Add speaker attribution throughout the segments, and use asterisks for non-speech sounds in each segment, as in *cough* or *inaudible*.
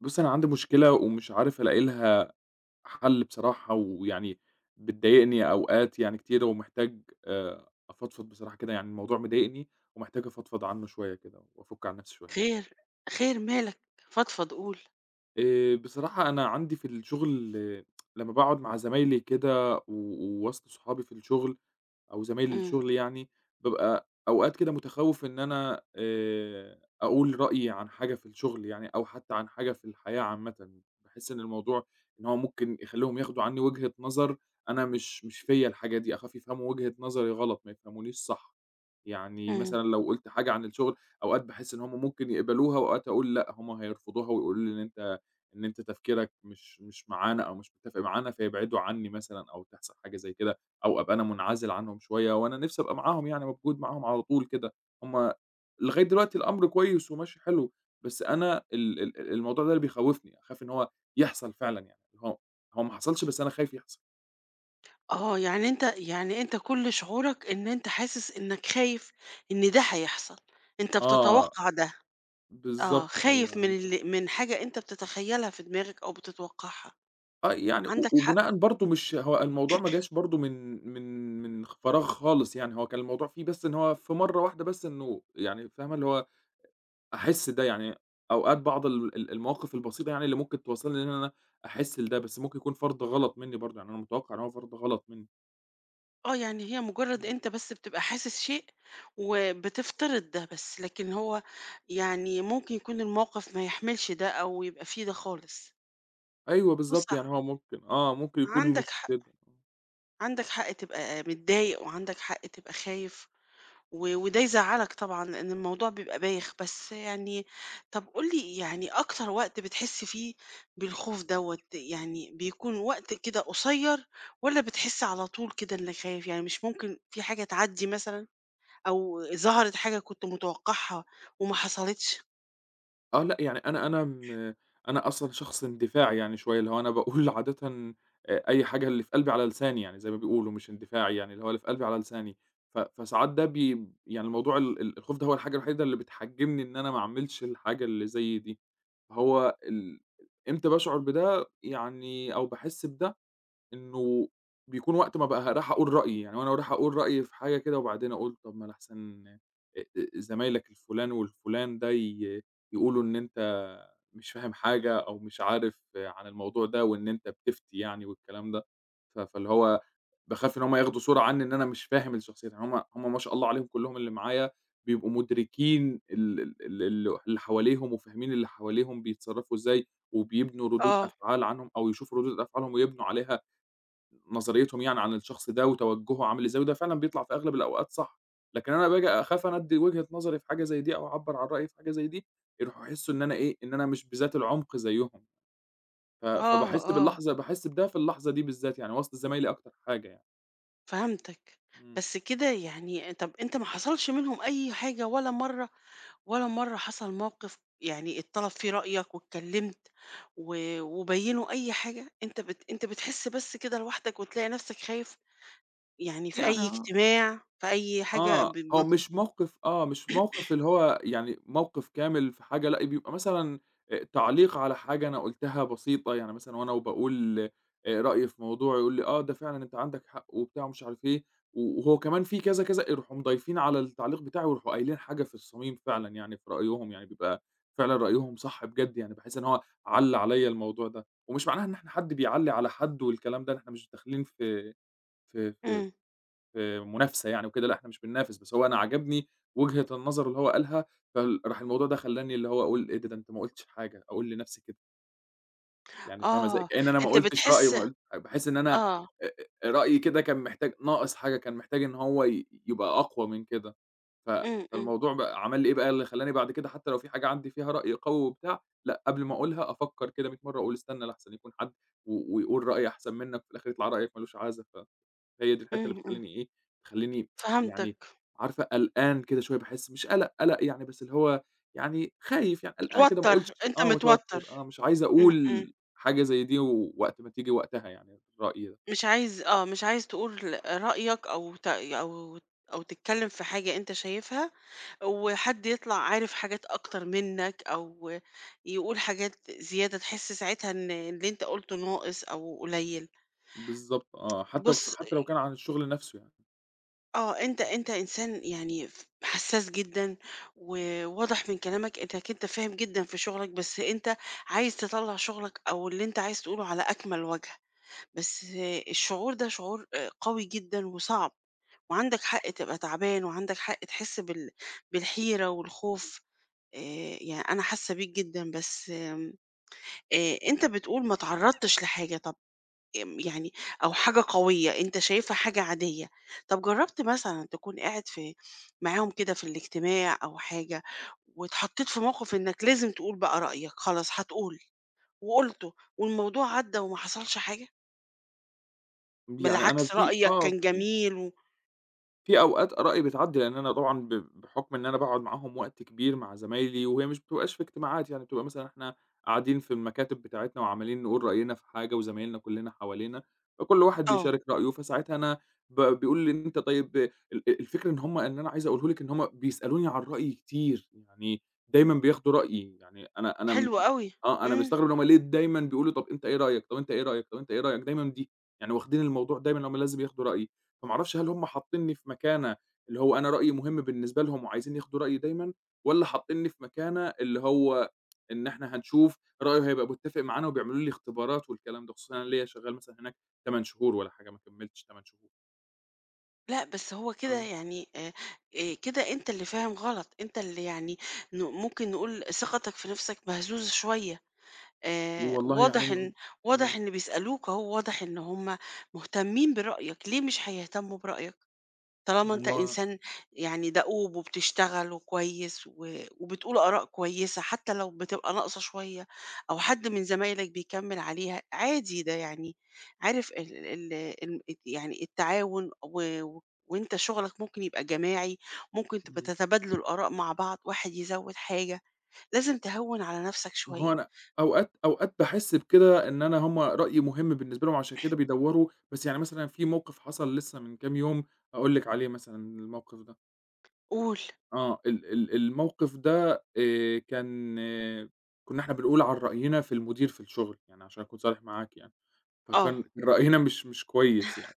Speaker 1: بُصّي، أنا عندي مشكلة ومش عارف ألاقي لها حل بصراحة، ويعني بتضايقني أوقات يعني كتيرة ومحتاج أفضفض بصراحة كده، يعني الموضوع مضايقني ومحتاج أفضفض عنه شوية كده وأفُك عن نفسي شوية.
Speaker 2: خير، خير مالك، فضفض قُل.
Speaker 1: بصراحة أنا عندي في الشغل لمّا باقعد مع زمايلي كده و ووسط صحابي في الشغل أو زمايل
Speaker 2: إمم،
Speaker 1: الشغل يعني، بابقى أوقات كده متخوّف إن أنا أقول رأيي عن حاجة في الشغل يعني أو حتى عن حاجة في الحياة عامةً، باحس إن الموضوع إن هو ممكن يخلّيهم ياخدوا عنّي وجهة نظر أنا مش فيّا الحاجة دي، أخاف يفهموا وجهة نظري غلط، ما يفهمونيش صح. يعني
Speaker 2: إمم.
Speaker 1: مثلًا لو قُلت حاجة عن الشغل، أوقات باحس إن هُم ممكن يقبلوها وأوقات أقول لأ، هُم هيرفضوها ويقولوا لي إن أنت تفكيرك مش معانا أو مش متّفق معانا، فيبعدوا عني مثلًا أو تحصل حاجة زي كده، أو أبقى أنا منعزل عنهم شوية، وأنا نِفْسي أبقى معاهم يعني موجود معاهم على طول كده. هُم لغاية دلوقتي الأمر كويس وماشي حلو، بس أنا الموضوع ده اللي بيخوّفني، أخاف إن هو يحصل فعلًا يعني، هو ما حصلش بس أنا خايف يحصل.
Speaker 2: آه، يعني أنت كل شعورك إن أنت حاسس إنك خايف إن ده هيحصل، أنت
Speaker 1: آه،
Speaker 2: بتتوقّع ده، آه،
Speaker 1: بالضبط، أيوه،
Speaker 2: خايف من ال من حاجة أنت بتتخيّلها في دماغك أو بتتوقّعها،
Speaker 1: يعني و
Speaker 2: عندك حق.
Speaker 1: وبناءً برضه مش هو الموضوع ما جاش برضه من فراغ خالص يعني، هو كان الموضوع فيه بس إن هو في مرّة واحدة بس إنه يعني فاهمة، اللي هو أحس ده، يعني أوقات بعض ال المواقف البسيطة يعني اللي ممكن توصّلني إن أنا أحس لده، بس ممكن يكون فرض غلط منّي برضه، يعني أنا متوقع إن هو فرض غلط منّي.
Speaker 2: آه، يعني هي مجرّد
Speaker 1: إمم.
Speaker 2: أنت بس بتبقى حاسس شيء وبتفترض ده بس، لكن هو يعني ممكن يكون الموقف ما يحملش ده أو يبقى في ده خالص.
Speaker 1: أيوه
Speaker 2: بُص،
Speaker 1: بالضبط،
Speaker 2: ع
Speaker 1: يعني هو ممكن ممكن يكون مش
Speaker 2: عندك حق. عندك حق تبقى متضايق وعندك حق تبقى خايف وده يزعلك طبعا لأن الموضوع بيبقى بايخ بس يعني طب قولي يعني أكتر وقت بتحس فيه بالخوف دوت، يعني بيكون وقت كده قصير ولا بتحس على طول كده إنك خايف؟ يعني مش ممكن في حاجة تعدي مثلا أو ظهرت حاجة كنت متوقعها وما حصلتش.
Speaker 1: آه لأ، يعني أنا أصلًا شخص اندفاعي يعني شوية، اللي هو أنا باقول *laughs* عادةً أي حاجة اللي في قلبي على لساني يعني زي ما بيقولوا، مش اندفاعي يعني، اللي هو اللي في قلبي على لساني، فساعات ده بي يعني الموضوع ال ال الخوف ده هو الحاجة الوحيدة اللي بتحجّمني إن أنا ما أعملش الحاجة اللي زي دي، فهو ال إمتى باشعر بده يعني أو باحس بده إنه بيكون وقت ما بقى رايح أقول رأيي، يعني وأنا رايح أقول رأيي في حاجة كده وبعدين أقول طب ما أنا أحسن أ أ زمايلك الفُلان والفُلان ده يقولوا إن أنت مش فاهم حاجة أو مش عارف عن الموضوع ده وإن أنت بتفتي يعني والكلام ده، فاللي هو باخاف إن هم ياخدوا صورة عني إن أنا مش فاهم الشخصية، يعني هم ما شاء الله عليهم كلّهم اللي معايا بيبقوا مُدركين ال ال ال ال اللي حواليهم وفاهمين اللي حواليهم بيتصرّفوا إزاي وبيبنوا ردود
Speaker 2: اه
Speaker 1: أفعال عنهم أو يشوفوا ردود أفعالهم ويبنوا عليها نظريتهم يعني عن الشخص ده وتوجهه عامل إزاي، وده فعلًا بيطلع في أغلب الأوقات صح، لكن أنا باجي أخاف أنا أدّي وجهة نظري في حاجة زي دي أو أعبّر عن رأيي في حاجة زي دي، يروحوا يحسّوا إن أنا إيه، إن أنا مش بذات العمق زيّهم، ف
Speaker 2: اه
Speaker 1: فباحس
Speaker 2: اه،
Speaker 1: باللحظة باحس بده في اللحظة دي بالذات يعني وسط زمايلي أكتر حاجة يعني.
Speaker 2: فهمتك.
Speaker 1: إمم.
Speaker 2: بس كده يعني. طب انت ما حصلش منهم اي حاجة ولا مرة؟ ولا مرة حصل موقف يعني اتطلب فيه رأيك واتكلمت وبينوا أي حاجة أنت أنت بتحس بس كده لوحدك وتلاقي نفسك خايف؟ يعني في
Speaker 1: يعني
Speaker 2: أي
Speaker 1: آه.
Speaker 2: اجتماع في أي حاجة
Speaker 1: آه، هو
Speaker 2: بمطلوب.
Speaker 1: مش موقف اللي هو يعني موقف كامل في حاجة، لأ بيبقى مثلًا تعليق على حاجة أنا قُلتها بسيطة، يعني مثلًا وأنا وباقول رأيي في موضوع يقول لي: "آه، ده فعلًا أنت عندك حق." وبتاع ومش عارف إيه، و وهو كمان في كذا، كذا، يروحوا مضايفين على التعليق بتاعي ويروحوا قايلين حاجة في الصميم فعلًا يعني في رأيهم، يعني بيبقى فعلًا رأيهم صح بجد يعني، باحس إن هو علّى عليّا الموضوع ده، ومش معناها إن إحنا حد بيعلّي على حد والكلام ده، إحنا مش داخلين في في
Speaker 2: امم.
Speaker 1: منافسة يعني وكده، لأ إحنا مش بننافس، بس هو أنا عجبني وجهة النظر اللي هو قالها، راح الموضوع ده خلّاني اللي هو أقول إيه ده، ده أنت ما قُلتش حاجة، أقول لنفسي كده، يعني فاهمة إزاي؟
Speaker 2: آه،
Speaker 1: كأن أنا ما
Speaker 2: أنت
Speaker 1: قُلتش رأيي
Speaker 2: بتحس.
Speaker 1: وما قُلت باحس إن أنا
Speaker 2: آه.
Speaker 1: آآ رأيي كده كان محتاج ناقص حاجة، كان محتاج إن هو يبقى أقوى من كده، ف
Speaker 2: امم، امم.
Speaker 1: فالموضوع بقى عمل لي إيه بقى، اللي خلّاني بعد كده حتى لو في حاجة عندي فيها رأي قوي وبتاع، لأ قبل ما أقولها أفكّر كده مِيّة مرّة، أقول استنى لأحسن يكون حد و ويقول رأي أحسن منك، وفي الآخر يطلع رأيك ما لوش عازة هي دي الحتّة اللي
Speaker 2: امم امم،
Speaker 1: بتخلّيني إيه، تخلّيني
Speaker 2: فهمتك.
Speaker 1: يعني عارفة قلقان كده شوية، باحس مش قلق، قلق يعني بس اللي هو يعني خايف يعني قلقان كده ما
Speaker 2: متوتر،
Speaker 1: أقولش
Speaker 2: أنت
Speaker 1: آه، متوتّر
Speaker 2: متوتر.
Speaker 1: مش عايز
Speaker 2: امم،
Speaker 1: أقول حاجة زي دي وقت ما تيجي وقتها يعني رأيي ده.
Speaker 2: مش عايز، آه، مش عايز تقول رأيك أو أو تتكلّم في حاجة أنت شايفها، وحد يطلع عارف حاجات أكتر منّك أو يقول حاجات زيادة تحس ساعتها إن اللي أنت قُلته ناقص أو قليّل.
Speaker 1: بالضبط آه، حتّى
Speaker 2: بُص،
Speaker 1: حتّى لو كان عن الشغل نَفْسه يعني.
Speaker 2: آه، أنت إنسان يعني حسّاس جدًا، وواضح من كلامك إنّك أنت فاهم جدًا في شغلك، بس أنت عايز تطلّع شغلك أو اللي أنت عايز تقوله على أكمل وجه، بس آه، الشعور ده شعور قوي جدًا وصعب. وعندك حق تبقى تعبان وعندك حق تحس بالحيرة والخوف. آه، يعني أنا حاسة بيك جدا بس آه، أنت بتقول ما تعرضتش لحاجة. طب يعني أو حاجة قوية أنت شايفها حاجة عادية. طب جربت مثلا تكون قاعد معاهم كده في الاجتماع أو حاجة واتحطيت في موقف إنك لازم تقول بقى رأيك؟ خلاص هتقول وقلته والموضوع عدى وما حصلش حاجة،
Speaker 1: يعني أنا
Speaker 2: بالعكس
Speaker 1: في
Speaker 2: رأيك
Speaker 1: آه،
Speaker 2: كان
Speaker 1: في
Speaker 2: جميل و...
Speaker 1: في أوقات آرائي بتعدّي، لإن أنا طبعًا بحُكم إن أنا باقعد معاهم وقت كبير مع زمايلي، وهي مش بتبقاش في اجتماعات يعني، بتبقى مثلًا إحنا قاعدين في المكاتب بتاعتنا وعمّالين نقول رأينا في حاجة وزمايلنا كُلّنا حوالينا، فكل واحد
Speaker 2: آه،
Speaker 1: بيشارك رأيه، فساعتها أنا بيقول لي: "أنت طيب" الفكرة إن أنا عايز أقوله لِك إن هُم بيسألوني عن رأيي كتير، يعني دايمًا بياخدوا رأيي، يعني أنا أنا م
Speaker 2: حلو قوي.
Speaker 1: آه، أنا
Speaker 2: امم.
Speaker 1: مستغرب إن هُم ليه دايمًا بيقولوا: "طَب أنت إيه رأيك؟ طَب أنت إيه رأيك؟ طَب أنت إيه رأيك؟" دايمًا دي، يعني واخدين الموضوع دايمًا إن هُم لازم ياخدوا رأيي. فما أعرفش هل هم حاطينّي في مكانة اللي هو أنا رأيي مهم بالنسبة لهم وعايزين ياخدوا رأيي دايمًا، والّا حاطينّي في مكانة اللي هو إن إحنا هنشوف رأيه هيبقى متّفق معانا وبيعملوا لي اختبارات والكلام ده، خصوصًا أنا ليّا شغّال مثلًا هناك 8 شهور والّا حاجة، ما كمّلتش 8 شهور.
Speaker 2: لأ، بس هو كده
Speaker 1: آه.
Speaker 2: يعني، كده أنت اللي فاهم غلط، أنت اللي يعني ممكن نقول ثقتك في نَفْسك مهزوزة شوية،
Speaker 1: والله يعني
Speaker 2: واضح إن،
Speaker 1: إمم.
Speaker 2: واضح إن بيسألوك أهو، واضح إن هُم مهتمين برأيك، ليه مش هيهتموا برأيك؟ طالما أنت
Speaker 1: يعني هو
Speaker 2: إنسان يعني دؤوب وبتشتغل وكويس وبتقول آراء كويسة حتى لو بتبقى ناقصة شوية أو حد من زمايلك بيكمّل عليها، عادي ده يعني. عارف ال ال الم الت يعني التعاون و و وأنت شغلك ممكن يبقى جماعي، ممكن تبقى
Speaker 1: إمم.
Speaker 2: تتبادلوا الآراء مع بعض، واحد يزوّد حاجة، لازم تهوّن على نفسك
Speaker 1: ما هو
Speaker 2: شوية.
Speaker 1: أنا أوقات باحس بكده إن أنا هم رأيي مهم بالنسبة لهم عشان كده بيدوّروا، بس يعني مثلًا في موقِف حصل لسّه من كام يوم هاقول لِك عليه مثلًا الموقِف ده.
Speaker 2: قُل،
Speaker 1: آه، ال ال الموقف ده كان آه، كُنّا إحنا بنقول عن رأينا في المدير في الشغل، يعني عشان أكون صريح معاك يعني،
Speaker 2: آه،
Speaker 1: فكان رأينا مش كويس يعني،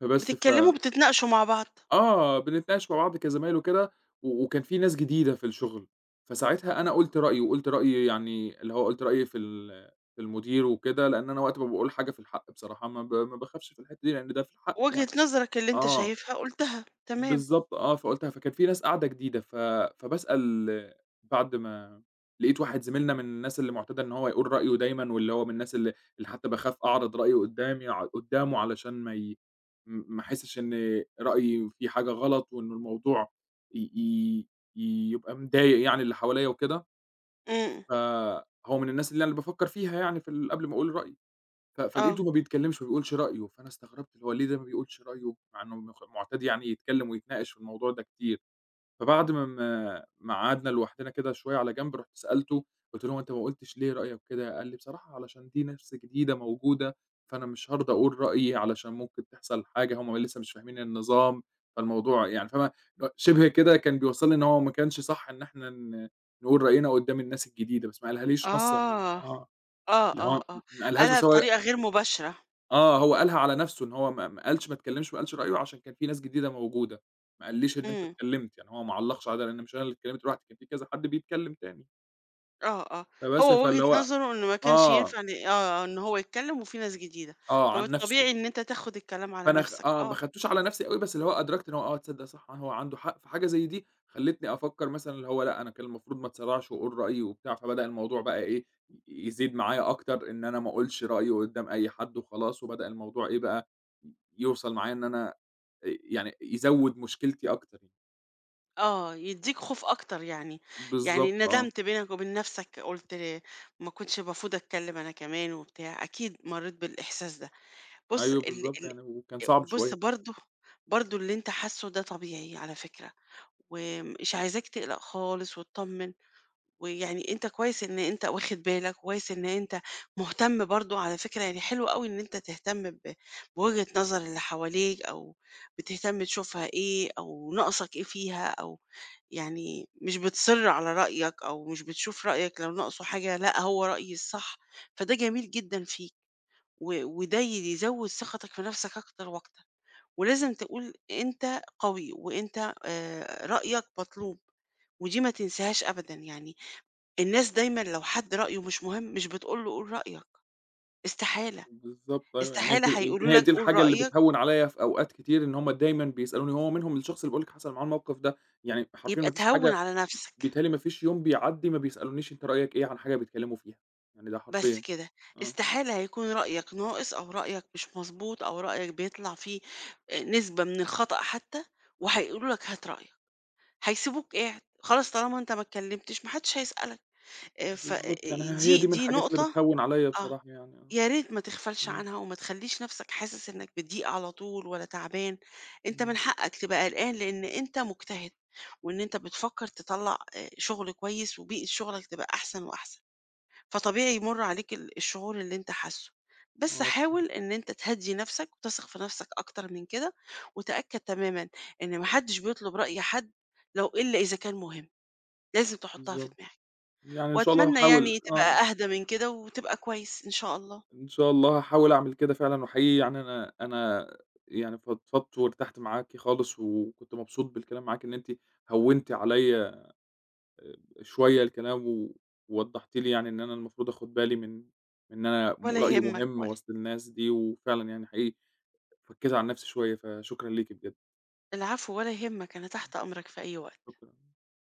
Speaker 1: فبس ف
Speaker 2: بتتكلّموا بتتناقشوا مع بعض،
Speaker 1: آه، بنتناقش مع بعض كزمايل وكده، و وكان في ناس جديدة في الشغل، فساعتها أنا قُلت رأيي، وقُلت رأيي يعني اللي هو قُلت رأيي في المدير وكده، لإن أنا وقت ما باقول حاجة في الحق بصراحة ما باخافش في الحتّة دي لإن ده في الحق
Speaker 2: وجهة
Speaker 1: يعني،
Speaker 2: نظرك اللي أنت
Speaker 1: آه.
Speaker 2: شايفها قُلتها، تمام.
Speaker 1: بالضبط آه، فكان في ناس قاعدة جديدة ف فباسأل بعد ما لقيت واحد زميلنا من الناس اللي مُعتاد إن هو يقول رأيه دايمًا، واللي هو من الناس اللي حتى باخاف أعرض رأيي قدّامي ع قدّامه علشان ما ي م ما أحسّش إن رأيي فيه حاجة غلط، وإن الموضوع ي ي يبقى مضايق يعني اللي حواليّا وكده،
Speaker 2: إمم.
Speaker 1: فهو من الناس اللي بافكّر فيها يعني في ال قبل ما أقول رأيي. ف
Speaker 2: آه.
Speaker 1: فلقيته ما بيتكلّمش ما بيقولش رأيه، فأنا استغربت اللي هو ليه ده ما بيقولش رأيه، مع إنه مُعتاد يعني يتكلّم ويتناقش في الموضوع ده كتير، فبعد ما قعدنا لوحدنا كده شوية على جنب، رُحت سألته قُلت له: "هو أنت ما قُلتش ليه رأيك كده؟" قال لي: "بصراحة علشان دي ناس جديدة موجودة، فأنا مش هارضى أقول رأيي علشان ممكن تحصل حاجة، هم لسه مش فاهمين النظام، فالموضوع" يعني فاهمة، اللي هو شِبه كده كان بيوصّلني إن هو ما كانش صح إن إحنا نقول رأينا قدّام الناس الجديدة، بس ما قالها ليش نصًا يعني،
Speaker 2: آه،
Speaker 1: آه،
Speaker 2: آه،
Speaker 1: اللي
Speaker 2: آه،
Speaker 1: هو
Speaker 2: آه،
Speaker 1: ما قالهاش
Speaker 2: قالها
Speaker 1: بس هو
Speaker 2: بطريقة غير مباشرة.
Speaker 1: هو قالها على نَفْسه إن هو ما اتكلّمش ما قالش رأيه عشان كان في ناس جديدة موجودة، ما قاليش إن أنت
Speaker 2: إمم.
Speaker 1: اتكلّمت، يعني هو ما علّقش على ده لإن مش أنا اللي اتكلّمت لوحدي، كان في كذا حد بيتكلّم تاني،
Speaker 2: آه، آه،
Speaker 1: فبس
Speaker 2: هو وجهة
Speaker 1: فاللي هو
Speaker 2: نظره إنه ما كانش
Speaker 1: آه،
Speaker 2: ينفع إن، آه، آه، إن هو يتكلم وفي ناس جديدة،
Speaker 1: آه، عن نَفْسه،
Speaker 2: فبالطبيعي إن أنت تاخد الكلام على
Speaker 1: فأنا خ
Speaker 2: نفسك،
Speaker 1: آه، ما
Speaker 2: آه.
Speaker 1: خدتوش على نَفْسي أوي بس اللي هو أدركت إن هو تصدّق صح هو عنده حق، فحاجة زي دي خلّتني أفكّر مثلًا اللي هو لأ، أنا كان المفروض ما اتسرعش وأقول رأيي وبتاع، فبدأ الموضوع بقى إيه، يزيد معايا أكتر إن أنا ما أقولش رأيي قدّام أي حد وخلاص وبدأ الموضوع إيه بقى، يوصل معايا إن أنا يعني يزوّد مشكلتي أكتر يعني.
Speaker 2: آه، يدّيك خوف أكتر يعني. يعني
Speaker 1: بالضبط آه.
Speaker 2: ندمت بينك وبين نفسك قُلت ليه ما كنتش المفروض أتكلم أنا كمان وبتاع، أكيد مرّيت بالإحساس ده. بُص
Speaker 1: أيوه
Speaker 2: ال
Speaker 1: بالضبط،
Speaker 2: ال
Speaker 1: يعني وكان صعب
Speaker 2: بُص
Speaker 1: شوية يعني.
Speaker 2: برضه، برضه اللي أنت حاسُّه ده طبيعي على فكرة، ومش عايزاك تقلق خالص واتطمن. ويعني أنت كويس إن أنت واخد بالك، كويس إن أنت مهتم برضه على فكرة، يعني حلو أوي إن أنت تهتم بوجهة نظر اللي حواليك أو بتهتم تشوفها إيه أو ناقصك إيه فيها أو يعني مش بتصِر على رأيك أو مش بتشوف رأيك لو ناقصه حاجة، لأ هو رأيي الصح، فده جميل جدًا فيك وده يزوّد ثقتك في نفسك أكتر وأكتر، ولازم تقول أنت قوي وأنت رأيك مطلوب، ودي ما تنساهاش أبدًا. يعني الناس دايمًا لو حد رأيه مش مهم، مش بتقول له قُل رأيك، استحالة،
Speaker 1: بالضبط أيوه، يعني
Speaker 2: استحالة
Speaker 1: يمكن
Speaker 2: هيقولوا
Speaker 1: هي
Speaker 2: لك
Speaker 1: دي
Speaker 2: قُل
Speaker 1: الحاجة اللي
Speaker 2: رأيك،
Speaker 1: بتهوّن عليَّ في أوقات كتير إن هُم دايمًا بيسألوني، هو منهم الشخص اللي باقول لِك حصل معاه الموقف ده، يعني حرفيًا
Speaker 2: يبقى
Speaker 1: ما فيش
Speaker 2: تهوِّن
Speaker 1: حاجة
Speaker 2: على نَفْسك.
Speaker 1: بيتهيأ لي ما فيش يوم بيعدّي ما بيسألونيش أنت رأيك إيه عن حاجة بيتكلموا فيها، يعني ده
Speaker 2: بس
Speaker 1: حرفيًا.
Speaker 2: كده،
Speaker 1: آه.
Speaker 2: استحالة هيكون رأيك ناقص أو رأيك مش مضبوط أو رأيك بيطلع فيه نسبة من الخطأ حتى وهيقولوا لك هات رأيك، هيسيبوك قاعد، خلاص طالما أنت ما اتكلمتش ما حدش هيسألك، ف
Speaker 1: بالضبط، يعني هي
Speaker 2: دي
Speaker 1: دي من
Speaker 2: دي
Speaker 1: الحاجات اللي
Speaker 2: نقطة.
Speaker 1: بتهوّن عليَّ
Speaker 2: آه.
Speaker 1: بصراحة يعني آه.
Speaker 2: يا ريت ما تغفلش
Speaker 1: إمم،
Speaker 2: عنها وما تخلّيش نَفْسك حاسس إنّك بتضيق على طول ولا تعبان، أنت من
Speaker 1: إمم.
Speaker 2: حقّك تبقى قلقان لإن أنت مجتهد، وإن أنت بتفكّر تطلّع شُغل كويس وبيئة شُغلك تبقى أحسن وأحسن، فطبيعي يمُر عليك الشعور اللي أنت حاسّه، بس
Speaker 1: آه،
Speaker 2: حاول إن أنت تهدّي نَفْسك وتثق في نَفْسك أكتر من كده، وتأكّد تمامًا إن ما حدّش بيطلب رأي حد إلا إذا كان مهم، لازم تحُطّها في
Speaker 1: بالضبط.
Speaker 2: دماغك.
Speaker 1: يعني إن شاء الله
Speaker 2: وأتمنى
Speaker 1: هاحاول
Speaker 2: يعني
Speaker 1: آه،
Speaker 2: تبقى أهدى من كده وتبقى كويس إن شاء الله،
Speaker 1: إن شاء الله هاحاول أعمل كده فعلًا، وحقيقي يعني أنا يعني فضفضت وارتحت معاكِ خالص، وكنت مبسوط بالكلام معاكِ، إن أنتِ هوّنتِ عليّا شوية الكلام، و ووضحتِ لي يعني إن أنا المفروض آخد بالي من إن أنا م
Speaker 2: ولا
Speaker 1: رأيي
Speaker 2: يهمّك
Speaker 1: مهم
Speaker 2: ولا.
Speaker 1: وسط الناس دي، وفعلًا يعني حقيقي فكيت عن نفسي شوية، فشكرًا ليكِ بجد،
Speaker 2: العفو ولا يهمك، أنا تحت أمرك في أي وقت
Speaker 1: شكرًا.